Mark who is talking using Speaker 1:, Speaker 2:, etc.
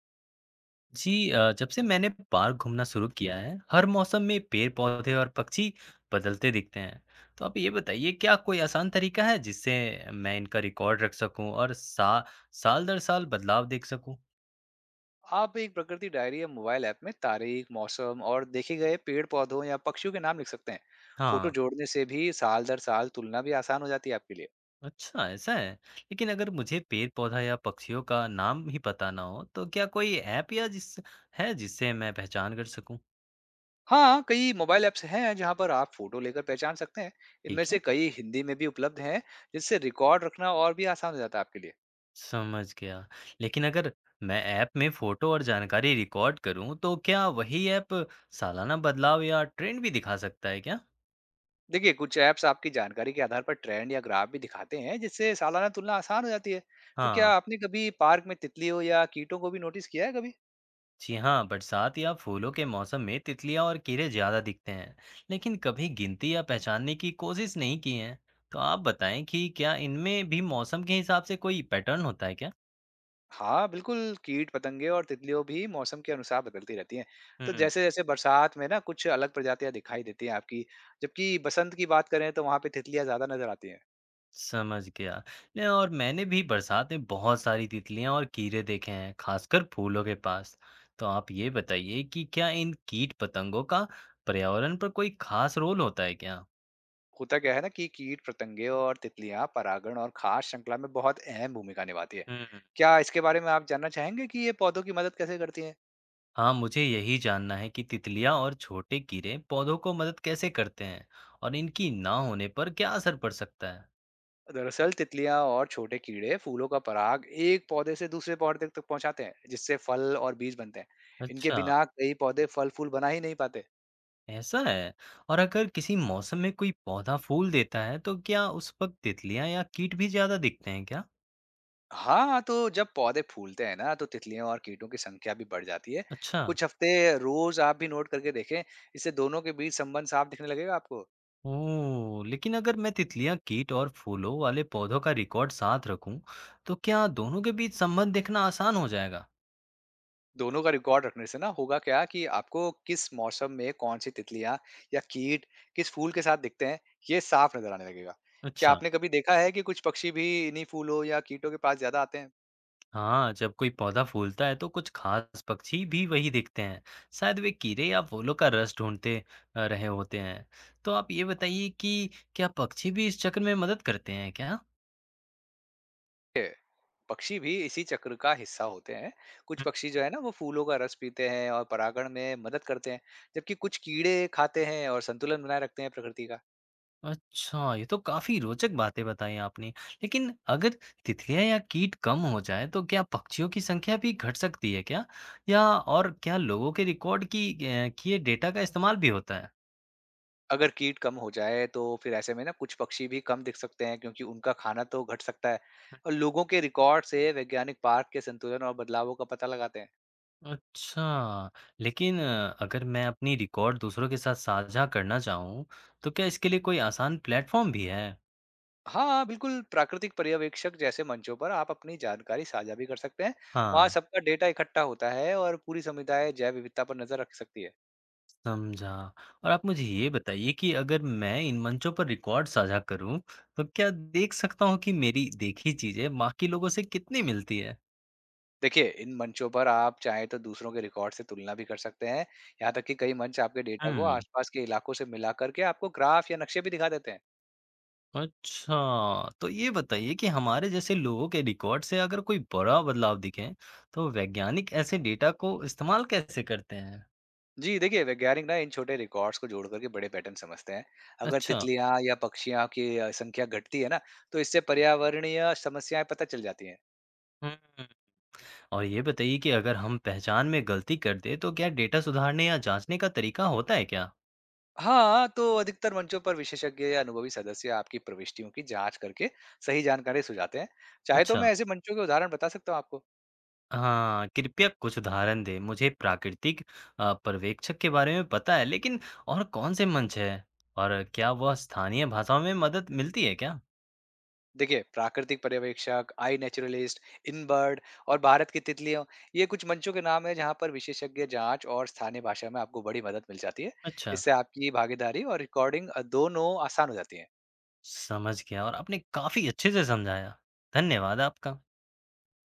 Speaker 1: जी जब से मैंने पार्क घूमना शुरू किया है हर मौसम में पेड़ पौधे और पक्षी बदलते दिखते हैं। तो आप ये बताइए क्या कोई आसान तरीका है जिससे मैं इनका रिकॉर्ड रख सकूं और साल दर साल बदलाव देख सकूं।
Speaker 2: आप एक प्रकृति डायरी या मोबाइल ऐप में तारीख मौसम और देखे गए पेड़ पौधों या पक्षियों के नाम लिख सकते हैं। फोटो
Speaker 1: हाँ।
Speaker 2: जोड़ने से भी साल दर साल तुलना भी आसान हो जाती है आपके लिए।
Speaker 1: अच्छा, ऐसा है। लेकिन अगर मुझे पेड़ पौधा या पक्षियों का नाम ही पता ना हो तो क्या कोई ऐप या जिस है जिससे मैं पहचान कर सकूं।
Speaker 2: हाँ कई मोबाइल ऐप्स हैं जहाँ पर आप फोटो लेकर पहचान सकते हैं। इनमें
Speaker 1: ठीक है।
Speaker 2: से कई हिंदी में भी उपलब्ध हैं, जिससे रिकॉर्ड रखना और भी आसान हो जाता है आपके लिए।
Speaker 1: समझ गया। लेकिन अगर मैं ऐप में फ़ोटो और जानकारी रिकॉर्ड करूँ, तो क्या वही ऐप सालाना बदलाव या ट्रेंड भी दिखा सकता है क्या?
Speaker 2: देखिए, कुछ ऐप्स आपकी जानकारी के आधार पर ट्रेंड या ग्राफ भी दिखाते हैं, जिससे सालाना तुलना आसान हो जाती है। तो क्या
Speaker 1: हाँ।
Speaker 2: आपने कभी पार्क में तितलियों या कीटों को भी नोटिस किया है कभी?
Speaker 1: जी हाँ, बरसात या फूलों के मौसम में तितलियाँ और कीड़े ज़्यादा दिखते हैं, लेकिन कभी गिनती या पहचानने की कोशिश नहीं की है। तो आप बताएँ कि क्या इनमें भी मौसम के हिसाब से कोई पैटर्न होता है क्या?
Speaker 2: हाँ, बिल्कुल, कीट-पतंगे और तितलियों भी मौसम के अनुसार बदलती रहती हैं। तो
Speaker 1: हुँ।
Speaker 2: जैसे-जैसे बरसात में ना कुछ अलग प्रजातियाँ दिखाई देती हैं आपकी, जबकि बसंत की बात करें तो वहाँ पे तितलियाँ ज़्यादा नज़र आती हैं।
Speaker 1: समझ गया। नहीं और मैंने भी बरसात में बहुत सारी तितलियां और कीड़े देखे हैं, खासकर फूलों के पास। तो आप ये बताइए कि क्या इन कीट पतंगों का पर्यावरण पर कोई खास रोल होता है क्या?
Speaker 2: होता क्या है ना कि कीट-पतंगे और तितलियाँ परागण और खाद्य श्रृंखला में बहुत अहम भूमिका निभाती है।
Speaker 1: हम्म।
Speaker 2: क्या इसके बारे में आप जानना चाहेंगे कि ये पौधों की मदद कैसे करती हैं?
Speaker 1: हाँ, मुझे यही जानना है कि तितलियां और छोटे कीड़े पौधों को मदद कैसे करते हैं और इनकी ना होने पर क्या असर पड़ सकता है?
Speaker 2: दरअसल तितलियाँ और छोटे कीड़े फूलों का पराग एक पौधे से दूसरे पौधे तक पहुँचाते हैं, जिससे फल और बीज बनते हैं। इनके
Speaker 1: अच्छा,
Speaker 2: बिना कई पौधे फल-फूल बना ही नहीं पाते।
Speaker 1: ऐसा है। और अगर किसी मौसम में कोई पौधा फूल देता है, तो क्या उस वक्त तितलियां या कीट भी ज्यादा दिखते हैं क्या?
Speaker 2: हाँ, तो जब पौधे फूलते हैं ना, तो तितलियों और कीटों की संख्या भी बढ़ जाती है।
Speaker 1: अच्छा।
Speaker 2: कुछ हफ्ते रोज़ आप भी नोट करके देखें, इससे दोनों के बीच संबंध साफ दिखने लगेगा आपको।
Speaker 1: ओह! लेकिन अगर मैं तितलियाँ, कीट और फूलों वाले पौधों का रिकॉर्ड साथ रखूं, तो क्या दोनों के बीच संबंध देखना आसान हो जाएगा?
Speaker 2: दोनों का रिकॉर्ड रखने से ना होगा क्या कि आपको किस मौसम में कौन-सी तितलियाँ या कीट किस फूल के साथ दिखते हैं, ये साफ नज़र आने लगेगा। क्या
Speaker 1: अच्छा।
Speaker 2: आपने कभी देखा है कि कुछ पक्षी भी इन्हीं फूलों या कीटों के पास ज़्यादा आते हैं?
Speaker 1: हाँ, जब कोई पौधा फूलता है तो कुछ खास पक्षी भी वही दिखते हैं। शायद वे कीड़े या फूलों का रस ढूंढते रहे होते हैं। तो आप ये बताइए कि क्या पक्षी भी इस चक्र में मदद करते हैं क्या?
Speaker 2: है। पक्षी भी इसी चक्र का हिस्सा होते हैं। कुछ पक्षी जो है ना वो फूलों का रस पीते हैं और परागण में मदद करते हैं, जबकि कुछ कीड़े खाते हैं और संतुलन बनाए रखते हैं प्रकृति का।
Speaker 1: अच्छा, ये तो काफ़ी रोचक बातें बताई आपने। लेकिन अगर तितलियाँ या कीट कम हो जाएँ तो क्या पक्षियों की संख्या भी घट सकती है क्या? या और क्या लोगों के रिकॉर्ड की अ, किए डेटा का इस्तेमाल भी होता है?
Speaker 2: अगर कीट कम हो जाए तो फिर ऐसे में ना कुछ पक्षी भी कम दिख सकते हैं क्योंकि उनका खाना तो घट सकता है। और लोगों के रिकॉर्ड से वैज्ञानिक पार्क के संतुलन और बदलावों का पता लगाते हैं।
Speaker 1: अच्छा। लेकिन अगर मैं अपनी रिकॉर्ड दूसरों के साथ साझा करना चाहूँ तो क्या इसके लिए कोई आसान प्लेटफ़ॉर्म भी है?
Speaker 2: हाँ बिल्कुल, प्राकृतिक पर्यवेक्षक जैसे मंचों पर आप अपनी जानकारी साझा भी कर सकते हैं। वहाँ
Speaker 1: हाँ।
Speaker 2: सबका डेटा इकट्ठा होता है और पूरी समुदाय जैव विविधता पर नजर रख सकती है।
Speaker 1: समझा। और आप मुझे ये बताइए कि अगर मैं इन मंचों पर रिकॉर्ड साझा करूँ, तो क्या देख सकता हूँ कि मेरी देखी चीज़ें बाकी लोगों से कितनी मिलती है?
Speaker 2: देखिए, इन मंचों पर आप चाहें तो दूसरों के रिकॉर्ड से तुलना भी कर सकते हैं। यहाँ तक कि कई मंच आपके डेटा को
Speaker 1: हुँ,
Speaker 2: आसपास के इलाकों से मिला करके आपको ग्राफ या नक्शे भी दिखा देते हैं।
Speaker 1: अच्छा। तो ये बताइए कि हमारे जैसे लोगों के रिकॉर्ड से अगर कोई बड़ा बदलाव दिखे, तो वैज्ञानिक ऐसे डेटा को इस्तेमाल कैसे करते हैं?
Speaker 2: जी, देखिए वैज्ञानिक ना इन छोटे रिकॉर्ड्स को जोड़ करके बड़े पैटर्न समझते हैं। अगर
Speaker 1: अच्छा।
Speaker 2: तितलियाँ या पक्षियों की संख्या घटती है ना, तो इससे पर्यावरणीय समस्याएँ पता चल जाती हैं।
Speaker 1: हुँ, और ये बताइए कि अगर हम पहचान में गलती कर दें, तो क्या डेटा सुधारने या जाँचने का तरीका होता है क्या?
Speaker 2: हाँ, तो अधिकतर मंचों पर विशेषज्ञ या अनुभवी सदस्य आपकी प्रविष्टियों की जाँच करके सही जानकारी सुझाते हैं। चाहे तो
Speaker 1: अच्छा।
Speaker 2: मैं ऐसे मंचों के उदाहरण बता सकता हूँ आपको।
Speaker 1: हाँ, कृपया कुछ उदाहरण दें। मुझे प्राकृतिक पर्यवेक्षक के बारे में पता है, लेकिन और कौन-से मंच हैं? और क्या वह स्थानीय भाषाओं में मदद मिलती है क्या?
Speaker 2: देखिए, प्राकृतिक पर्यवेक्षक, आई नेचुरलिस्ट, इन बर्ड और भारत की तितलियों, ये कुछ मंचों के नाम है जहाँ पर विशेषज्ञ जांच और स्थानीय भाषा में आपको बड़ी मदद मिल जाती है।
Speaker 1: अच्छा,
Speaker 2: इससे आपकी भागीदारी और रिकॉर्डिंग दोनों आसान हो जाती है।
Speaker 1: समझ गया और आपने काफ़ी अच्छे से समझाया। धन्यवाद आपका।